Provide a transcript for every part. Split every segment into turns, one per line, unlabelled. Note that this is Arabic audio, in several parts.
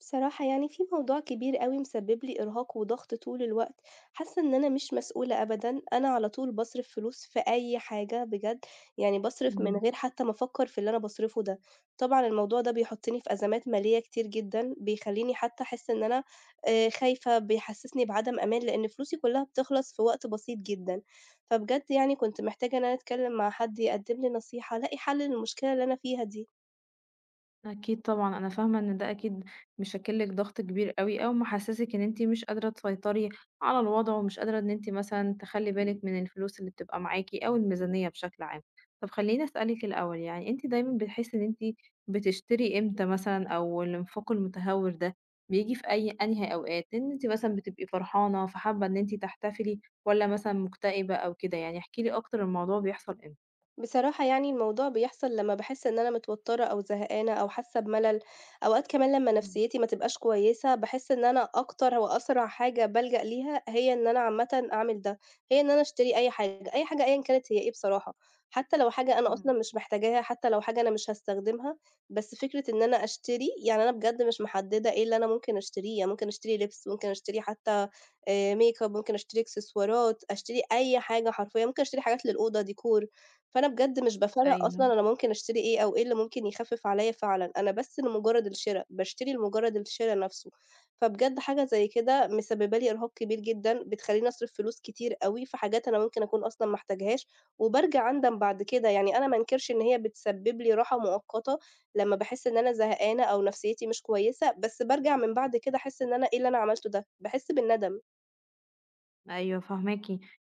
بصراحة يعني في موضوع كبير أوي مسبب لي إرهاق وضغط طول الوقت، حاسة إن أنا مش مسؤولة أبدًا، أنا على طول باصرف فلوس في أي حاجة بجد، يعني باصرف من
إمم،
غير حتى ما أفكر في اللي أنا باصرفه ده، طبعًا الموضوع ده بيحطني في أزمات مالية كتير جدًا، بيخليني حتى أحس إن أنا خايفة، بيحسسني بعدم أمان، لإن فلوسي كلها بتخلص في وقت بسيط جدًا، فبجد يعني كنت محتاجة إن أنا أتكلم مع حد يقدم لي نصيحة، ألاقي حل للمشكلة اللي أنا فيها دي.
أكيد طبعًا، أنا فاهمة إن ده أكيد مشكِّل لِك ضغط كبير أوي، أو محسِّسِك إن أنتِ مش قادرة تسيطري على الوضع، ومش قادرة إن أنتِ مثلًا تخلّي بالِك من الفلوس اللي بتبقى معاكِ، أو الميزانية بشكل عام. طب خلّيني أسألِك الأول، يعني أنتِ دايمًا بتحسّي إن أنتِ بتشتري إمتى مثلًا، أو الانفاق المتهور ده بييجي في أي أنهي أوقات؟ إن أنتِ مثلًا بتبقي فرحانة، فحابة إن أنتِ تحتفلي، والّا مثلًا مكتئبة أو كده؟ يعني احكي لي أكتر الموضوع بيحصل إمتى؟
بصراحة يعني الموضوع بيحصل لمّا باحس إن أنا متوتّرة أو زهقانة أو حاسة بملل، أوقات كمان لمّا
إمم،
نفسيتي ما تبقاش كويسة، باحس إن أنا أكتر وأسرع حاجة بالجأ ليها هي إن أنا عامةً أعمل ده، هي إن أنا أشتري أي حاجة، أي حاجة أيًا كانت هي إيه بصراحة، حتى لو حاجة أنا أصلًا
إمم،
مش محتاجاها، حتى لو حاجة أنا مش هاستخدمها، بس فكرة إن أنا أشتري، يعني أنا بجد مش محددة إيه اللي أنا ممكن أشتريه، يعني ممكن أشتري لبس، ممكن أشتري حتى makeup ممكن أشتري إكسسوارات، أشتري أي حاجة حرفيًا، ممكن أشتري حاجات للأوضة decor فأنا بجد مش بافرّق أصلًا
أيوه.
أنا ممكن أشتري إيه أو إيه اللي ممكن يخفِّف عليّا فعلًا، أنا بس لمجرد الشِرا، باشتري لمجرد الشِرا نَفْسه، فبجد حاجة زي كده مسبّبة لي إرهاق كبير جدًا، بتخلّيني أصرف فلوس كتير أوي في حاجات أنا ممكن أكون أصلًا ما احتاجهاش، وبارجع أندم بعد كده، يعني أنا ما أنكرش إن هي بتسبّب لي راحة مؤقتة لمّا باحس إن أنا زهقانة أو نفسيتي مش كويسة، بس بارجع من بعد كده أحس إن أنا إيه اللي أنا عملته ده، باحس بالندم.
أيوه فاهماكِ،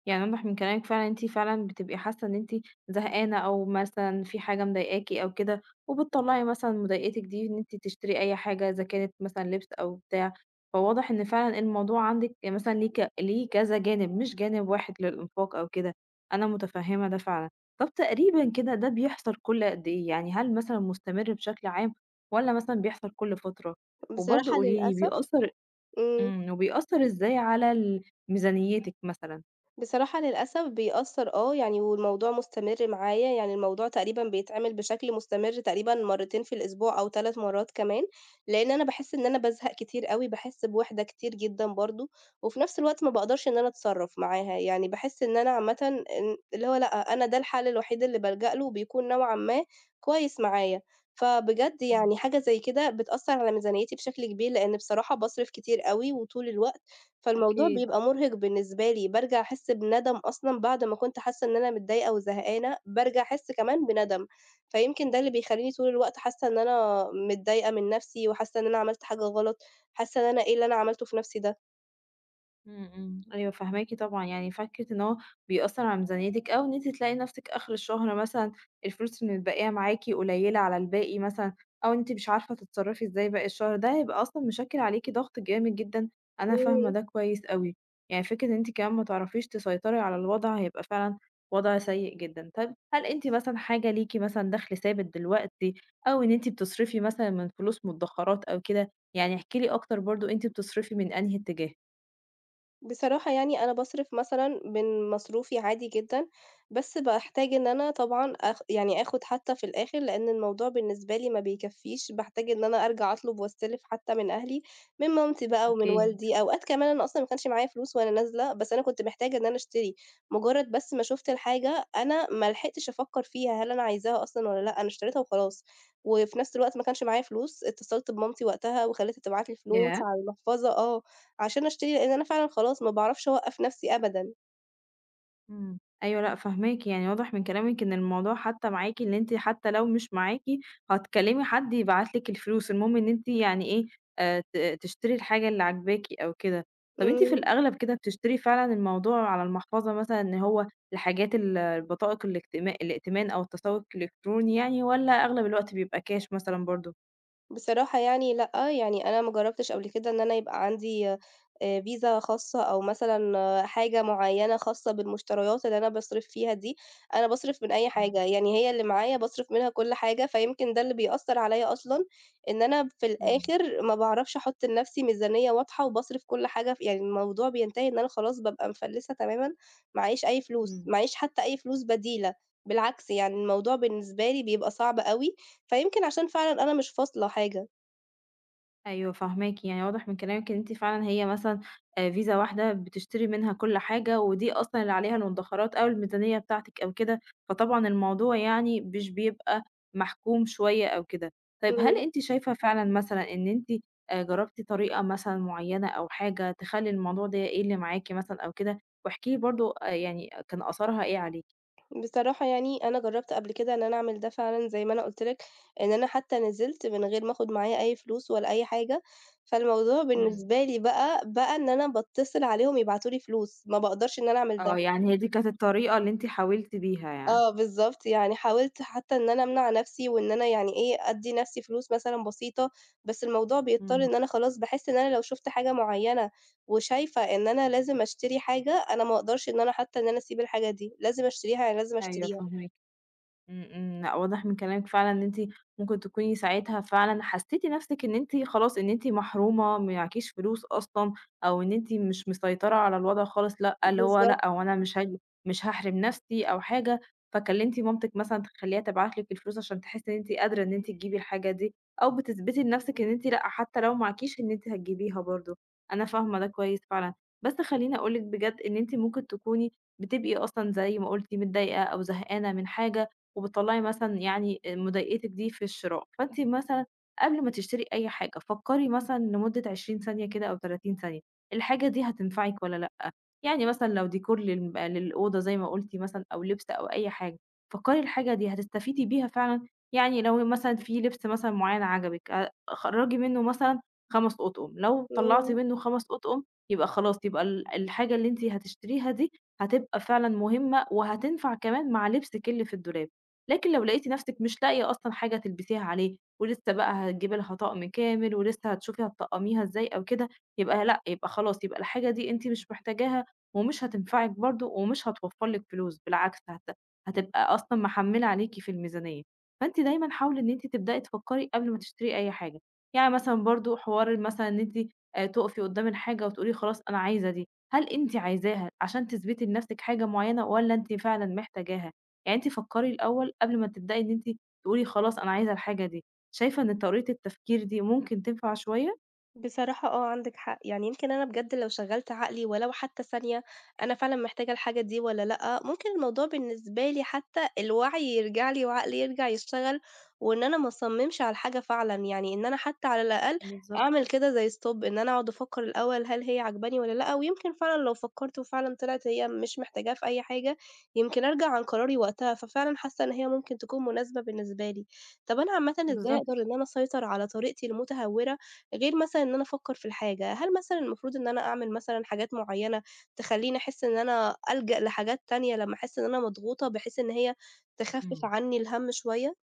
يعني واضح من كلامِك فعلًا أنتِ فعلًا بتبقي حاسة إن أنتِ زهقانة أو مثلًا في حاجة مضايقاكِ أو كده، وبتطلّعي مثلًا مضايقتِك دي إن أنتِ تشتري أي حاجة إذا كانت مثلًا لبس أو بتاع، فواضح إن فعلًا الموضوع عندِك مثلًا ليه كذا جانب مش جانب واحد للإنفاق أو كده، أنا متفهمة ده فعلًا. طب تقريبًا كده ده بيحصل كل قد إيه؟ يعني هل مثلًا مستمر بشكل عام والّا مثلًا بيحصل كل فترة؟ وبرضه
بصراحة
قولي لي
للأسف
بيأثّر
إمم،
وبيأثّر إزاي على ميزانيتِك مثلًا؟
بصراحة للأسف بيأثّر آه، يعني والموضوع مستمر معايا، يعني الموضوع تقريبًا بيتعمل بشكل مستمر تقريبًا مرّتين في الأسبوع أو 3 مرّات كمان، لإن أنا باحس إن أنا بازهق كتير أوي، باحس بوحدة كتير جدًا برضه، وفي نفْس الوقت ما باقدرش إن أنا أتصرّف معاها، يعني باحس إن أنا عامةً إن اللي هو لأ، أنا ده الحل الوحيد اللي بالجأ له وبيكون نوعًا ما كويس معايا، فبجد
إمم،
يعني حاجة زي كده بتأثّر على ميزانيتي بشكل كبير، لإن بصراحة باصرف كتير أوي وطول الوقت. فالموضوع
أكيد.
بيبقى مُرهق بالنسبة لي، بارجع أحس بندم أصلًا بعد ما كنت حاسة إن أنا متضايقة وزهقانة، بارجع أحس كمان بندم، فيمكن ده اللي بيخلّيني طول الوقت حاسة إن أنا متضايقة من نَفْسي وحاسة إن أنا عملت حاجة غلط، حاسة إن أنا إيه اللي أنا عملته في نَفْسي ده؟
إمم، إمم، أيوه فاهماكِ طبعًا، يعني فكرة إن هو بيأثّر على ميزانيتِك أو إن أنتِ تلاقي نَفْسِك آخر الشهر مثلًا الفلوس اللي متبقية معاكِ قليّلة على الباقي مثلًا، أو أنتِ مش عارفة تتصرّفي إزاي باقي الشهر، ده هيبقى أصلًا مشكّل عليكِ ضغط جامد جدًا، أنا فاهمة
إمم.
ده كويس أوي، يعني فكرة إن أنتِ كمان ما تعرفيش تسيطري على الوضع هيبقى فعلًا وضع سيء جدًا. طَب هل أنتِ مثلًا حاجة ليكِ مثلًا دَخْل ثابت دلوقتي أو إن أنتِ بتصرفي مثلًا من فلوس مدخرّات أو كده؟ يعني احكي لي أكتر برضه أنتِ بتصرفي من أنهي اتجاه؟
بصراحة يعني أنا باصرف مثلًا من مصروفي عادي جدًا، بس باحتاج إن أنا طبعًا يعني آخُد حتّى في الآخِر، لإن الموضوع بالنسبة لي ما بيكفّيش، باحتاج إن أنا أرجع أطلب وأستلف حتّى من أهلي، من مامتي بقى ومن
أوكي.
والدي، أوقات كمان أنا أصلًا ما كانش معايا فلوس وأنا نازلة، بس أنا كنت محتاجة إن أنا أشتري، مُجرّد بس ما شُفت الحاجة أنا ما لحقتش أفكّر فيها هل أنا عايزاها أصلًا والّا لأ، أنا اشتريتها وخلاص، وفي نَفْس الوقت ما كانش معايا فلوس، اتصلت بمامتي وقتها وخلّيتها تبعت لي فلوس
ياه!
على المحفظة آه، عشان أشتري لإن أنا فعلًا خلاص ما باعرفش أوقّف نَفْسي أبدًا.
إمم. أيوه لأ فاهماكِ، يعني واضح من كلامِك إن الموضوع حتى معاكِ إن أنتِ حتى لو مش معاكِ هتكلّمي حد يبعت لِك الفلوس، المهم إن أنتِ يعني إيه، ت تشتري الحاجة اللي عاجباكِ أو كده. طَب أنتِ في
إمم.
الأغلب كده بتشتري فعلًا الموضوع على المحفظة مثلًا إن هو الحاجات البطائق الائتمان أو التسوق الإلكتروني يعني والّا أغلب الوقت بيبقى كاش مثلًا برضه؟
بصراحة يعني لأ، يعني أنا ما جرّبتش قبل كده إن أنا يبقى عندي فيزا خاصة أو مثلًا آه، حاجة معيّنة خاصة بالمشتريات اللي أنا باصرف فيها دي، أنا باصرف من أي حاجة،
إمم،
يعني هي اللي معايا باصرف منها كل حاجة، فيمكن ده اللي بيأثّر عليَّ أصلًا، إن أنا في
إمم.
الآخر ما باعرفش أحُط لنَفْسي ميزانية واضحة وباصرف كل حاجة ف يعني الموضوع بينتهي إن أنا خلاص بابقى مفلّسة تمامًا، معاييش أي فلوس،
إمم.
معاييش حتى أي فلوس بديلة، بالعكس يعني الموضوع بالنسبة لي بيبقى صعب أوي، فيمكن عشان فعلًا أنا مش فاصلة حاجة.
أيوه فاهماكِ، يعني واضح من كلامِك إن أنتِ فعلًا هي مثلًا فيزا واحدة بتشتري منها كل حاجة، ودي أصلًا اللي عليها المدخرات أو الميزانية بتاعتِك أو كده، فطبعًا الموضوع يعني مش بيبقى محكوم شوية أو كده. طيب هل
إمم،
أنتِ شايفة فعلًا مثلًا إن أنتِ جربتِ طريقة مثلًا معينة أو حاجة تخلّي الموضوع ده يقل معاكِ مثلًا أو كده؟ واحكي لي برضه يعني كان آثارها إيه عليكِ؟
بصراحة يعني أنا جرّبت قبل كده إن أنا أعمل ده فعلًا زي ما أنا قُلت لك، إن أنا حتى نزلت من غير ما آخُد معايا أي فلوس ولا أي حاجة، فالموضوع
إمم.
بالنسبة لي بقى إن أنا باتصل عليهم يبعتوا لي فلوس، ما باقدرش إن أنا أعمل
آه،
ده.
يعني هي دي كانت الطريقة اللي أنتِ حاولتِ بيها يعني.
آه بالضبط، يعني حاولت حتى إن أنا أمنع نَفْسي وإن أنا يعني إيه، أدّي نَفْسي فلوس مثلًا بسيطة، بس الموضوع بيضطر
إمم،
إن أنا خلاص باحس إن أنا لو شُفت حاجة معيّنة وشايفة إن أنا لازم أشتري حاجة، أنا ما أقدرش إن أنا حتى إن أنا أسيب الحاجة دي، لازم أشتريها، يعني لازم
أيوه
أشتريها.
فاهماكِ. إمم، إمم، لأ واضح من كلامِك فعلًا إن أنتِ ممكن تكوني ساعتها فعلًا حسّيتِ نَفْسِك إن أنتِ خلاص إن أنتِ محرومة، معاكيش فلوس أصلًا، أو إن أنتِ مش مسيطرة على الوضع خالص، لأ اللي هو
بالضبط،
لأ هو أنا مش هاحرم نَفْسي أو حاجة، فكلمتِ مامتِك مثلًا تخلّيها تبعت لِك الفلوس عشان تحسّي إن أنتِ قادرة إن أنتِ تجيبي الحاجة دي، أو بتثبتي لنَفْسِك إن أنتِ لأ حتى لو معاكيش إن أنتِ هتجيبيها برضه، أنا فاهمة ده كويس فعلًا، بس خلّيني أقول لِك بجد إن أنتِ ممكن تكوني بتبقي أصلًا زي ما قُلتِ متضايقة أو زهقانة من حاجة، وبتطلّعي مثلًا يعني مضايقتِك دي في الشراء، فأنتِ مثلًا قبل ما تشتري أي حاجة فكّري مثلًا لمدة 20 ثانية كده أو 30 ثانية، الحاجة دي هتنفعِك والّا لأ؟ يعني مثلًا لو ديكور للأوضة زي ما قُلتِ مثلًا أو لبس أو أي حاجة، فكّري الحاجة دي هتستفيدي بيها فعلًا، يعني لو مثلًا في لبس مثلًا معيّن عجبِك خرّجي منّه مثلًا 5 أطقم، لو طلّعتِ
إمم.
منّه 5 أطقم يبقى خلاص، يبقى الحاجة اللي أنتِ هتشتريها دي هتبقى فعلًا مهمة وهتنفع كمان مع لبسِك اللي في الدولاب، لكن لو لقيتِ نَفْسِك مش لاقية أصلًا حاجة تلبسيها عليه ولسه بقى هتجيبي لها طقم كامل ولسه هتشوفي هتطقّميها إزاي أو كده، يبقى لأ، يبقى خلاص، يبقى الحاجة دي أنتِ مش محتاجاها ومش هتنفعِك برضه ومش هتوفّر لِك فلوس، بالعكس هتبقى أصلًا محمّلة عليكِ في الميزانية، فأنتِ دايمًا حاولي إن أنتِ تبدئي تفكّري قبل ما تشتري أي حاجة، يعني مثلًا برضه حوار مثلًا إن أنتِ تُقفي قدّام الحاجة وتقولي خلاص أنا عايزة دي، هل أنتِ عايزاها عشان تثبتي لنَفْسِك حاجة معيّنة والّا أنتِ فعلًا محتاجاها؟ يعني أنتِ فكّري الأول قبل ما تبدئي إن أنتِ تقولي خلاص أنا عايزة الحاجة دي، شايفة إن طريقة التفكير دي ممكن تنفع شوية؟
بصراحة آه، عندِك حق، يعني يمكن أنا بجد لو شغّلت عقلي ولو حتى ثانية أنا فعلًا محتاجة الحاجة دي والّا لأ، ممكن الموضوع بالنسبة لي حتى الوعي يرجع لي وعقلي يرجع يشتغل، وإن أنا ما اصممش على الحاجة فعلًا، يعني إن أنا حتى على الأقل
بالضبط،
أعمل كده زي stop إن أنا أقعد أفكّر الأول هل هي عاجباني والّا لأ، ويمكن فعلًا لو فكّرت وفعلًا طلعت هي مش محتاجاها في أي حاجة، يمكن أرجع عن قراري وقتها، ففعلًا حاسة إن هي ممكن تكون مناسبة بالنسبة لي. طَب أنا عامةً إزاي أقدر
بالضبط.
إن أنا أسيطر على طريقتي المتهورة غير مثلًا إن أنا أفكّر في الحاجة، هل مثلًا المفروض إن أنا أعمل مثلًا حاجات معيّنة تخلّيني أحس إن أنا ألجأ لحاجات تانية لمّا أحس إن أنا مضغوطة، بحيث إن هي تخفِّف
إمم.
عني الهَم شوية؟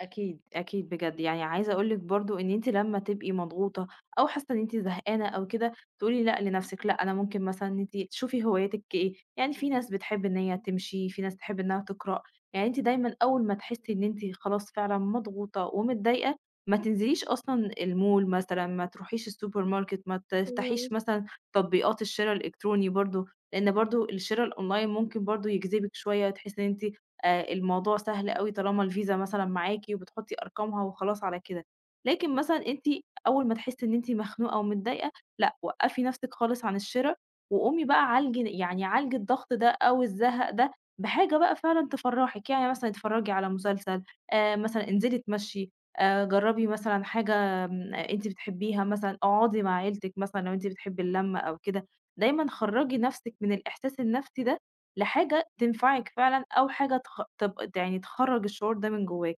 أكيد، أكيد بجد، يعني عايزة أقول لِك برضه إن أنتِ لمّا تبقي مضغوطة أو حاسة إن أنتِ زهقانة أو كده، تقولي لأ لنفسِك، لأ أنا ممكن مثلًا إن أنتِ تشوفي هواياتِك إيه، يعني في ناس بتحب إن هي تمشي، في ناس تحب إنها تقرأ، يعني أنتِ دايمًا أول ما تحسي إن أنتِ خلاص فعلًا مضغوطة ومتضايقة، ما تنزليش أصلًا المول مثلًا، ما تروحيش السوبر ماركت، ما
إمم،
تفتحيش مثلًا تطبيقات الشِرا الإلكتروني برضه، لإن برضه الشِرا الأونلاين ممكن برضه يجذبِك شوية، تحسي إن أنتِ الموضوع سهل أوي طالما الفيزا مثلًا معاكِ وبتحطّي أرقامها وخلاص على كده، لكن مثلًا أنتِ أول ما تحسّي إن أنتِ مخنوقة ومتضايقة، لأ وقّفي نَفْسِك خالص عن الشِرا، وقومي بقى عالجي يعني عالجي الضغط ده أو الزهق ده بحاجة بقى فعلًا تفرّحِك، يعني مثلًا اتفرّجي على مسلسل، مثلًا انزلي اتمشّي، جرّبي مثلًا حاجة أنتِ بتحبّيها مثلًا، اقعدي مع عيلتِك مثلًا لو أنتِ بتحبّي اللمّة أو كده، دايمًا خرّجي نَفْسِك من الإحساس النَفْسي ده لحاجة تنفعِك فعلًا أو حاجة تخ تب يعني تخرّج الشعور ده من جواكِ،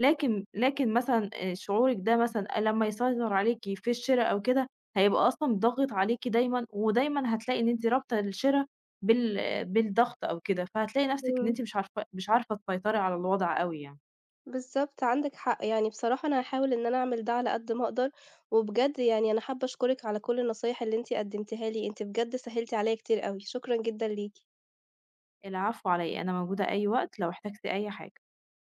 لكن مثلًا شعورِك ده مثلًا لمّا يسيطر عليكِ في الشِرا أو كده، هيبقى أصلًا ضاغط عليكِ دايمًا، ودايمًا هتلاقي إن أنتِ رابطة الشِرا بالضغط أو كده، فهتلاقي نَفْسِك إن
إمم،
أنتِ مش عارفة تسيطري على الوضع أوي يعني.
بالضبط عندِك حق، يعني بصراحة أنا هاحاول إن أنا أعمل ده على قد ما أقدر، وبجد يعني أنا حابة أشكرِك على كل النصايح اللي أنتِ قدّمتيها لي، أنتِ بجد سهّلتِ عليّا كتير أوي، شكرًا جدًا ليكِ.
العفو على إيه، أنا موجودة أي وقت لو احتجتِ أي حاجة.